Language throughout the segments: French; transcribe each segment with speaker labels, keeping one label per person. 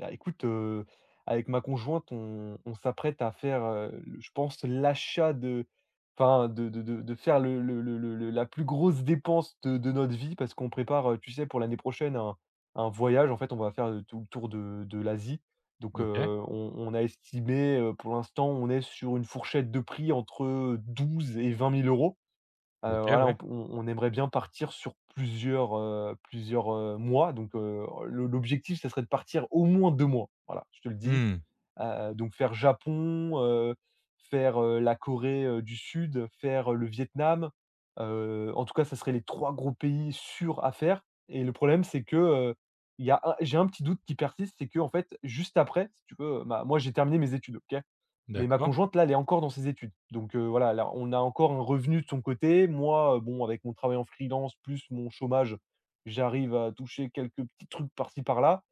Speaker 1: Ah, écoute, heu, Avec ma conjointe, on s'apprête à faire, je pense, l'achat de enfin de faire le la plus grosse dépense de notre vie, parce qu'on prépare, tu sais, pour l'année prochaine, un voyage. En fait, on va faire, tout le tour de l'Asie. Donc,
Speaker 2: OK.
Speaker 1: on a estimé, pour l'instant, on est sur une fourchette de prix entre 12 et 20 000 euros.
Speaker 2: OK,
Speaker 1: Voilà,
Speaker 2: ouais.
Speaker 1: on aimerait bien partir sur plusieurs mois, donc l'objectif, ce serait de partir au moins 2 mois. Voilà, je te le dis.
Speaker 2: Mmh.
Speaker 1: Donc, faire Japon, faire, la Corée, du Sud, faire, le Vietnam. En tout cas, ça serait les 3 gros pays sûrs à faire, et le problème, c'est que, il y a un j'ai un petit doute qui persiste. C'est que, en fait, juste après, si tu veux, ma moi, j'ai terminé mes études, OK? Mais ma
Speaker 2: D'accord.
Speaker 1: conjointe, là, elle est encore dans ses études. Donc, voilà, là, on a encore un revenu de son côté. Moi, bon, avec mon travail en freelance plus mon chômage, j'arrive à toucher quelques petits trucs par-ci par-là.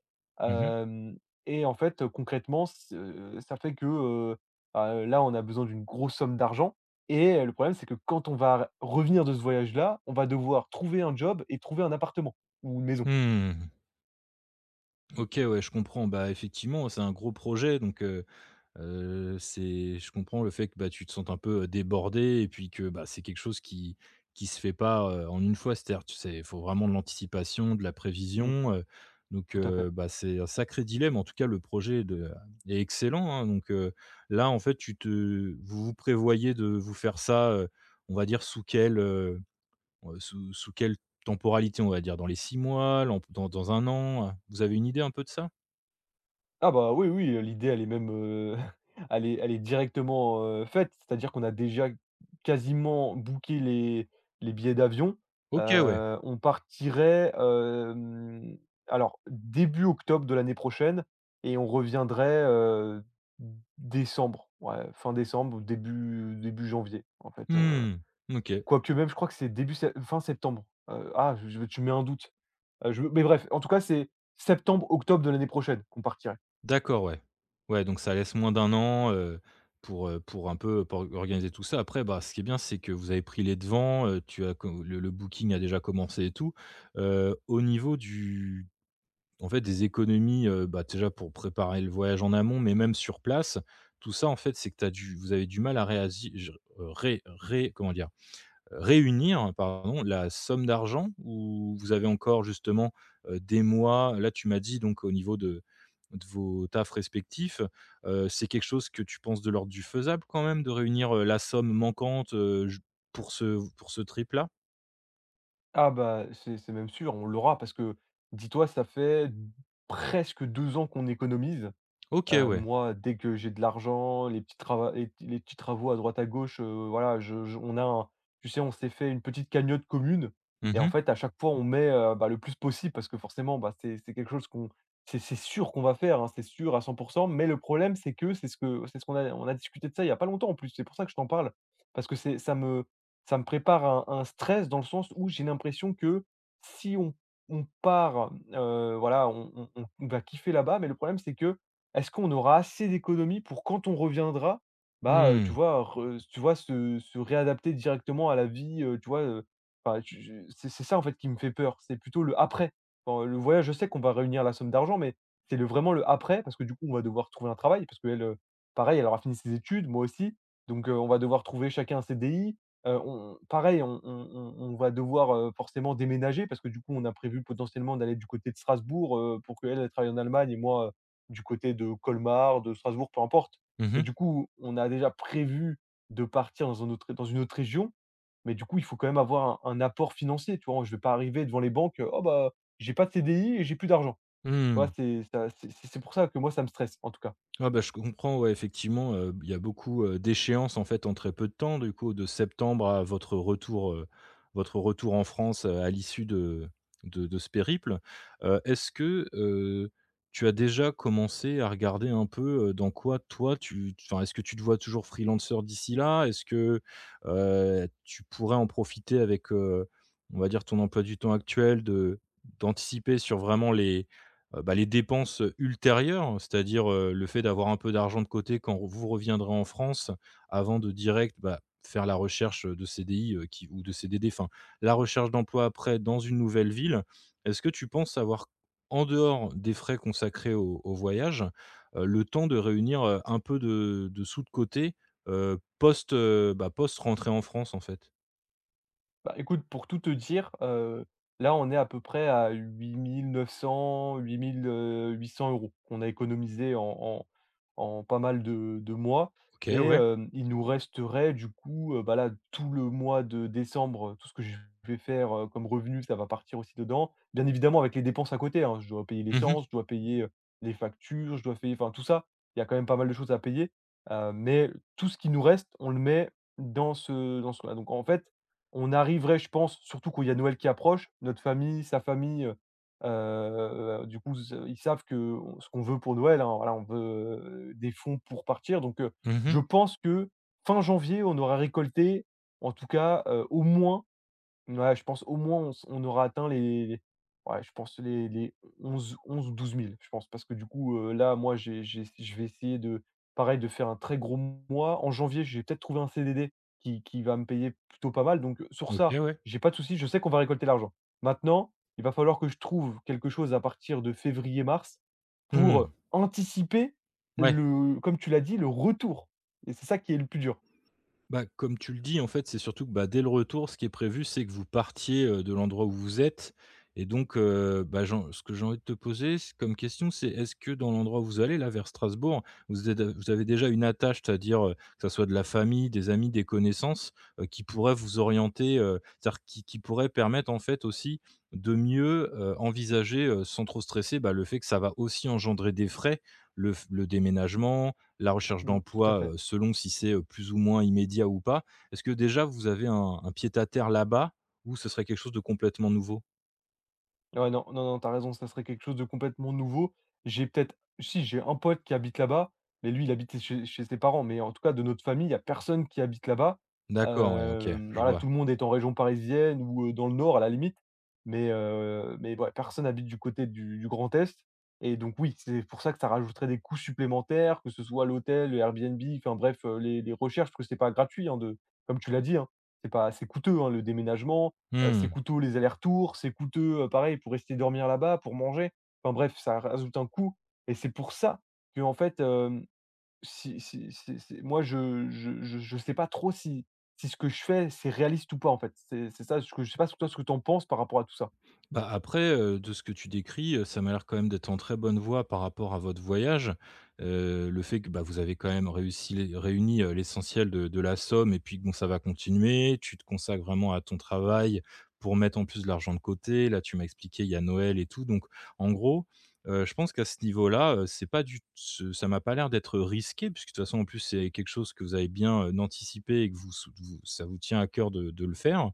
Speaker 2: Mmh mh.
Speaker 1: Hem Et en fait, concrètement, c ça fait que, bah, là, on a besoin d'une grosse somme d'argent. Et le problème, c'est que quand on va revenir de ce voyage-là, on va devoir trouver un job et trouver un appartement ou une maison.
Speaker 2: Mmh. OK, ouais, je comprends. Bah, effectivement, c'est un gros projet donc c'est je comprends le fait que, bah, tu te sentes un peu, débordée et puis que, bah, c'est quelque chose qui se fait pas, en une fois. C'est-à-dire, tu sais, il faut vraiment de l'anticipation, de la
Speaker 1: Mmh,
Speaker 2: prévision, donc
Speaker 1: tout à fait.
Speaker 2: bah, c'est un sacré dilemme. En tout cas, le projet de est excellent, hein, donc là, en fait, tu te vous prévoyez de vous faire ça, on va dire sous quel, sous sous quelle temporalité, on va dire? Dans les 6 mois, l'en dans 1 an, heu? Vous avez une idée un peu de ça?
Speaker 1: Ah bah, oui, oui, l'idée, elle est même, elle est directement, faite. C'est-à-dire qu'on a déjà quasiment booké les billets d'avion.
Speaker 2: OK, ouais.
Speaker 1: On partirait, alors début octobre de l'année prochaine, et on reviendrait, décembre, ouais, fin décembre ou début janvier, en fait.
Speaker 2: Mmh. OK.
Speaker 1: Quoique, même, je crois que c'est début sept fin septembre. Ah, tu mets un doute. Je Mais bref, en tout cas, c'est septembre-octobre de l'année prochaine qu'on partirait.
Speaker 2: D'accord, ouais. Ouais, donc ça laisse moins d'un an, pour un peu pour organiser tout ça. Après, bah, ce qui est bien, c'est que vous avez pris les devants, tu as co le booking a déjà commencé et tout. Au niveau du en fait, des économies, bah, déjà pour préparer le voyage en amont, mais même sur place, tout ça, en fait, c'est que tu as du vous avez du mal à réasi ré ré comment dire? Réunir, pardon, la somme d'argent ou vous avez encore justement, des mois? Là, tu m'as dit donc au niveau de vos tafs respectifs, c'est quelque chose que tu penses de l'ordre du faisable quand même de réunir, la somme manquante, j pour ce trip là?
Speaker 1: Ah bah, c'est même sûr, on l'aura, parce que, dis-toi, ça fait presque 2 ans qu'on économise.
Speaker 2: OK, ouais.
Speaker 1: Moi, dès que j'ai de l'argent, les petits travaux à droite à gauche, voilà, je on a un tu sais, on s'est fait une petite cagnotte commune.
Speaker 2: Mmh
Speaker 1: Et en
Speaker 2: mh.
Speaker 1: fait, à chaque fois, on met, bah, le plus possible, parce que forcément, bah, c'est quelque chose qu'on c'est sûr qu'on va faire, hein, c'est sûr à 100. Mais le problème, c'est que c'est ce qu'on a discuté de ça il y a pas longtemps. En plus, c'est pour ça que je t'en parle. Parce que c'est ça me prépare un stress, dans le sens où j'ai l'impression que, si on part, voilà, on va kiffer là-bas. Mais le problème, c'est que, est-ce qu'on aura assez d'économies pour quand on reviendra, tu
Speaker 2: Mmh.
Speaker 1: vois, re tu vois, se réadapter directement à la vie, tu vois? Enfin, je c'est ça, en fait, qui me fait peur. C'est plutôt le après. Enfin, le voyage, je sais qu'on va réunir la somme d'argent, mais c'est le vraiment le après, parce que, du coup, on va devoir trouver un travail, parce qu'elle, pareil, elle aura fini ses études, moi aussi, donc on va devoir trouver chacun un CDI. On pareil, on va devoir, forcément déménager, parce que, du coup, on a prévu, potentiellement, d'aller du côté de Strasbourg, pour qu'elle, elle travaille en Allemagne, et moi, du côté de Colmar, de Strasbourg, peu importe. Mais
Speaker 2: Mmh.
Speaker 1: du coup, on a déjà prévu de partir dans une autre région. Mais du coup, il faut quand même avoir un apport financier, tu vois? Je ne vais pas arriver devant les banques: «Oh bah, j'ai pas de CDI et j'ai plus d'argent». Tu vois?
Speaker 2: Mmh.
Speaker 1: C'est pour ça que, moi, ça me stresse, en tout cas.
Speaker 2: Ah bah, je comprends, ouais, effectivement, il y a beaucoup, d'échéances, en fait, en très peu de temps, du coup, de septembre à votre retour en France, à l'issue de ce périple. Est-ce que, tu as déjà commencé à regarder un peu, dans quoi toi tu enfin, est-ce que tu te vois toujours freelanceur d'ici là? Est-ce que, tu pourrais en profiter avec, on va dire ton emploi du temps actuel de d'anticiper sur vraiment les bah, les dépenses ultérieures, c'est-à-dire, le fait d'avoir un peu d'argent de côté quand vous reviendrez en France avant de direct, bah, faire la recherche, de CDI, qui ou de CDD, enfin, la recherche d'emploi après dans une nouvelle ville. Est-ce que tu penses avoir, en dehors des frais consacrés au au voyage, le temps de réunir, un peu de sous de côté, post, bah, post rentrée en France, en fait?
Speaker 1: Bah, écoute, pour tout te dire, là, on est à peu près à 8 900, huit mille 800 euros qu'on a économisé en pas mal de mois.
Speaker 2: OK,
Speaker 1: Et
Speaker 2: ouais.
Speaker 1: il nous resterait, du coup, bah, là, tout le mois de décembre, tout ce que je vais faire, comme revenu, ça va partir aussi dedans. Bien évidemment, avec les dépenses à côté, hein. Je dois payer
Speaker 2: Mmh mh.
Speaker 1: l'essence, je dois payer, les factures, je dois payer, enfin, tout ça. Il y a quand même pas mal de choses à payer, mais tout ce qui nous reste, on le met dans ce donc, en fait, on arriverait, je pense, surtout quand il y a Noël qui approche, notre famille, sa famille. Du coup, ze ils savent que on ce qu'on veut pour Noël, hein. Voilà, on veut, des fonds pour partir, donc
Speaker 2: Mmh.
Speaker 1: je pense que fin janvier, on aura récolté, en tout cas, au moins... Mouais, je pense, au moins on s on aura atteint les... Ouais, je pense, les onze 11 ou 12 000, je pense. Parce que du coup, là, moi, j'ai je vais essayer de, pareil, de faire un très gros mois. En janvier, j'ai peut-être trouvé un CDD qui va me payer plutôt pas mal. Donc, sur
Speaker 2: OK,
Speaker 1: ça,
Speaker 2: ouais.
Speaker 1: j'ai pas de souci, je sais qu'on va récolter l'argent. Maintenant, il va falloir que je trouve quelque chose à partir de février-mars
Speaker 2: Mmh.
Speaker 1: pour anticiper,
Speaker 2: Ouais.
Speaker 1: le comme tu l'as dit, le retour. Et c'est ça qui est le plus dur.
Speaker 2: Bah, comme tu le dis, en fait, c'est surtout que, bah, dès le retour, ce qui est prévu, c'est que vous partiez, de l'endroit où vous êtes et donc, bah, j'en ce que j'ai envie de te poser c comme question, c'est est-ce que dans l'endroit où vous allez, là, vers Strasbourg, vous êtes vous avez déjà une attache, c'est-à-dire, que ça soit de la famille, des amis, des connaissances, qui pourraient vous orienter, c'est-à-dire qui pourraient permettre, en fait, aussi de mieux, envisager, sans trop stresser, bah, le fait que ça va aussi engendrer des frais, le f le déménagement, la recherche
Speaker 1: Mmh, tout à
Speaker 2: d'emploi,
Speaker 1: fait.
Speaker 2: selon si c'est, plus ou moins immédiat ou pas. Est-ce que déjà vous avez un pied à terre là-bas ou ce serait quelque chose de complètement nouveau?
Speaker 1: Ouais, non, non, non, t'as raison, ça serait quelque chose de complètement nouveau. J'ai peut-être, si, j'ai un pote qui habite là-bas, mais lui, il habite chez ses parents. Mais en tout cas, de notre famille, il y a personne qui habite là-bas.
Speaker 2: D'accord, ouais, OK, je
Speaker 1: Voilà,
Speaker 2: vois.
Speaker 1: tout le monde est en région parisienne ou, dans le nord, à la limite, mais ouais, personne habite du côté du Grand Est. Et donc oui, c'est pour ça que ça rajouterait des coûts supplémentaires, que ce soit l'hôtel, le Airbnb, enfin bref, les recherches, parce que c'est pas gratuit, hein, de comme tu l'as dit, hein, c'est pas c'est coûteux, hein, le déménagement. C'est
Speaker 2: Mmh.
Speaker 1: coûteux, les allers-retours, c'est coûteux, pareil, pour rester dormir là-bas, pour manger. Enfin bref, ça rajoute un coût. Et c'est pour ça que, en fait, si, moi, je sais pas trop, si ce que je fais, c'est réaliste ou pas, en fait. C'est ça, ce que je sais pas, ce que toi, ce que tu en penses par rapport à tout ça?
Speaker 2: Bah, après, de ce que tu décris, ça m'a l'air quand même d'être en très bonne voie par rapport à votre voyage. Le fait que, bah, vous avez quand même réussi les réuni, l'essentiel de la somme et puis que bon, ça va continuer. Tu te consacres vraiment à ton travail pour mettre en plus de l'argent de côté. Là, tu m'as expliqué, il y a Noël et tout. Donc en gros, je pense qu'à ce niveau-là, c'est pas du ce ça m'a pas l'air d'être risqué puisque de toute façon, en plus, c'est quelque chose que vous avez bien, anticipé et que vous ça vous tient à cœur de le faire.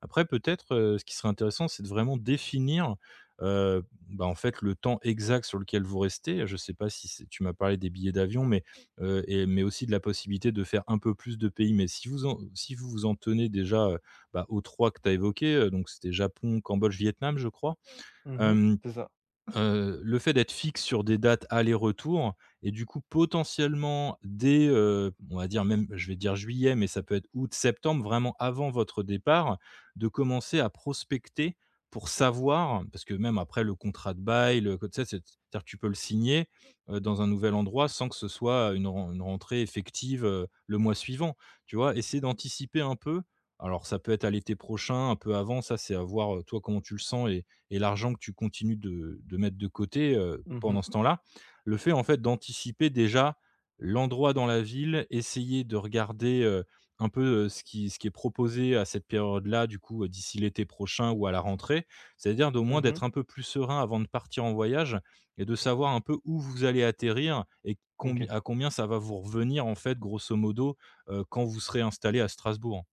Speaker 2: Après peut-être, ce qui serait intéressant, c'est de vraiment définir, heu, bah, en fait, le temps exact sur lequel vous restez. Je ne sais pas si c'est tu m'as parlé des billets d'avion, mais, et mais aussi de la possibilité de faire un peu plus de pays. Mais si vous en si vous vous en tenez déjà, bah, aux 3 que tu as évoqués, donc c'était Japon, Cambodge, Vietnam, je crois,
Speaker 1: Mmh.
Speaker 2: hem
Speaker 1: C'est ça.
Speaker 2: Le fait d'être fixe sur des dates aller-retour et du coup potentiellement dès, on va dire même je vais dire juillet, mais ça peut être août, septembre, vraiment avant votre départ, de commencer à prospecter pour savoir parce que même après le contrat de bail, le tu sais, c'est c'est-à-dire que tu peux le signer, dans un nouvel endroit sans que ce soit une ren une rentrée effective, le mois suivant, tu vois? Essayer d'anticiper un peu. Alors ça peut être à l'été prochain, un peu avant, ça c'est à voir, toi comment tu le sens et l'argent que tu continues de mettre de côté,
Speaker 1: Mmh mh.
Speaker 2: pendant ce temps-là. Le fait, en fait, d'anticiper déjà l'endroit dans la ville, essayer de regarder, un peu, ce qui est proposé à cette période-là, du coup, d'ici l'été prochain ou à la rentrée. C'est-à-dire d'au moins d'être
Speaker 1: Mmh.
Speaker 2: un peu plus serein avant de partir en voyage et de savoir un peu où vous allez atterrir et combi
Speaker 1: OK.
Speaker 2: à combien ça va vous revenir, en fait, grosso modo, quand vous serez installé à Strasbourg.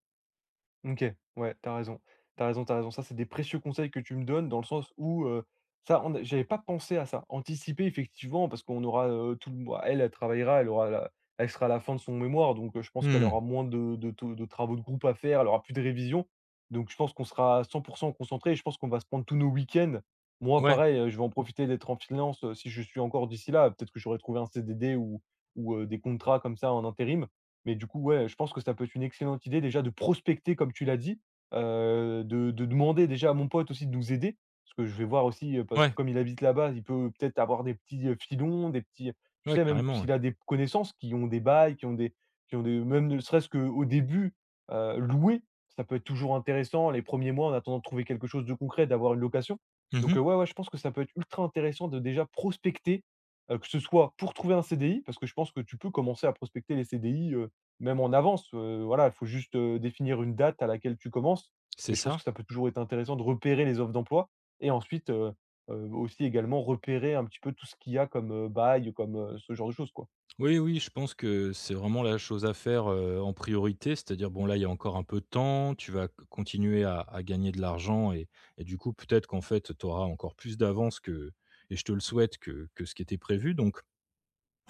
Speaker 1: OK, ouais, t'as raison. T'as raison, t'as raison. Ça, c'est des précieux conseils que tu me donnes, dans le sens où, ça, on a j'avais pas pensé à ça. Anticiper, effectivement, parce qu'on aura, tout le mois, elle, elle travaillera, elle sera à la fin de son mémoire, donc je pense qu'elle
Speaker 2: Mmh.
Speaker 1: aura moins de travaux de groupe à faire. Elle aura plus de révisions, donc je pense qu'on sera à 100 concentré. Et je pense qu'on va se prendre tous nos week-ends. Moi,
Speaker 2: Ouais,
Speaker 1: pareil, je vais en profiter d'être en finance, si je suis encore d'ici là. Peut-être que j'aurai trouvé un CDD ou des contrats comme ça en intérim. Mais du coup, ouais, je pense que ça peut être une excellente idée, déjà, de prospecter, comme tu l'as dit, de demander, déjà, à mon pote aussi, de nous aider. Parce que je vais voir aussi, parce que,
Speaker 2: ouais,
Speaker 1: comme il habite là-bas, il peut peut-être avoir des petits, filons, des petits tu
Speaker 2: ouais,
Speaker 1: sais, même
Speaker 2: carrément, ouais.
Speaker 1: s'il a des connaissances qui ont des bails, qui ont des même ne serait-ce qu'au début, louer, ça peut être toujours intéressant, les premiers mois, en attendant de trouver quelque chose de concret, d'avoir une location. Donc,
Speaker 2: Mmh.
Speaker 1: ouais, ouais, je pense que ça peut être ultra intéressant de, déjà, prospecter, que ce soit pour trouver un CDI, parce que je pense que tu peux commencer à prospecter les CDI, même en avance. Voilà, il faut juste, définir une date à laquelle tu commences.
Speaker 2: C'est
Speaker 1: Mais je pense
Speaker 2: ça.
Speaker 1: que ça peut toujours être intéressant de repérer les offres d'emploi. Et ensuite, aussi, également, repérer un petit peu tout ce qu'il y a comme, bail, comme, ce genre de choses, quoi.
Speaker 2: Oui, oui, je pense que c'est vraiment la chose à faire, en priorité. C'est-à-dire, bon, là, il y a encore un peu de temps, tu vas c continuer à gagner de l'argent et du coup, peut-être qu'en fait, tu auras encore plus d'avance que et je te le souhaite, que ce qui était prévu. Donc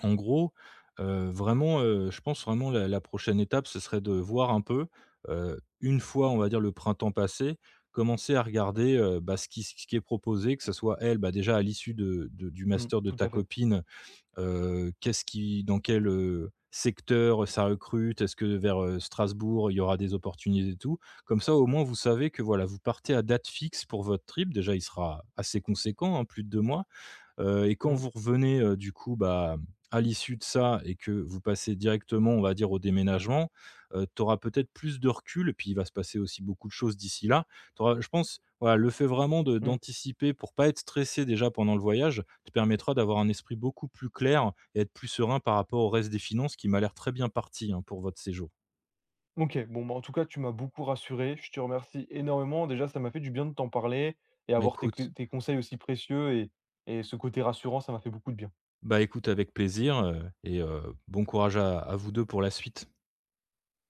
Speaker 2: en gros, vraiment, je pense vraiment la la prochaine étape, ce serait de voir un peu, une fois, on va dire, le printemps passé, commencer à regarder, bah, ce qui est proposé, que ce soit elle, bah, déjà à l'issue de du
Speaker 1: Mmh,
Speaker 2: master de
Speaker 1: tout
Speaker 2: ta
Speaker 1: à fait.
Speaker 2: copine, qu'est-ce qui dans quel, secteur ça recrute? Est-ce que vers, Strasbourg, il y aura des opportunités et tout? Comme ça, au moins, vous savez que, voilà, vous partez à date fixe pour votre trip. Déjà, il sera assez conséquent, hein, plus de 2 mois. Et quand
Speaker 1: Mmh,
Speaker 2: vous revenez, du coup, bah, à l'issue de ça et que vous passez directement, on va dire, au déménagement, tu auras peut-être plus de recul et puis il va se passer aussi beaucoup de choses d'ici là. Tu je pense, voilà, le fait vraiment de
Speaker 1: mmh.
Speaker 2: d'anticiper pour pas être stressé déjà pendant le voyage, te permettra d'avoir un esprit beaucoup plus clair et être plus serein par rapport au reste des finances qui m'a l'air très bien parti, hein, pour votre séjour.
Speaker 1: OK, bon, bah, en tout cas, tu m'as beaucoup rassuré. Je te remercie énormément. Déjà, ça m'a fait du bien de t'en parler, et
Speaker 2: Bah,
Speaker 1: avoir tes cl
Speaker 2: écoute
Speaker 1: tes conseils aussi précieux, et ce côté rassurant, ça m'a fait beaucoup de bien.
Speaker 2: bah, écoute avec plaisir, et bon courage à vous 2 pour la suite.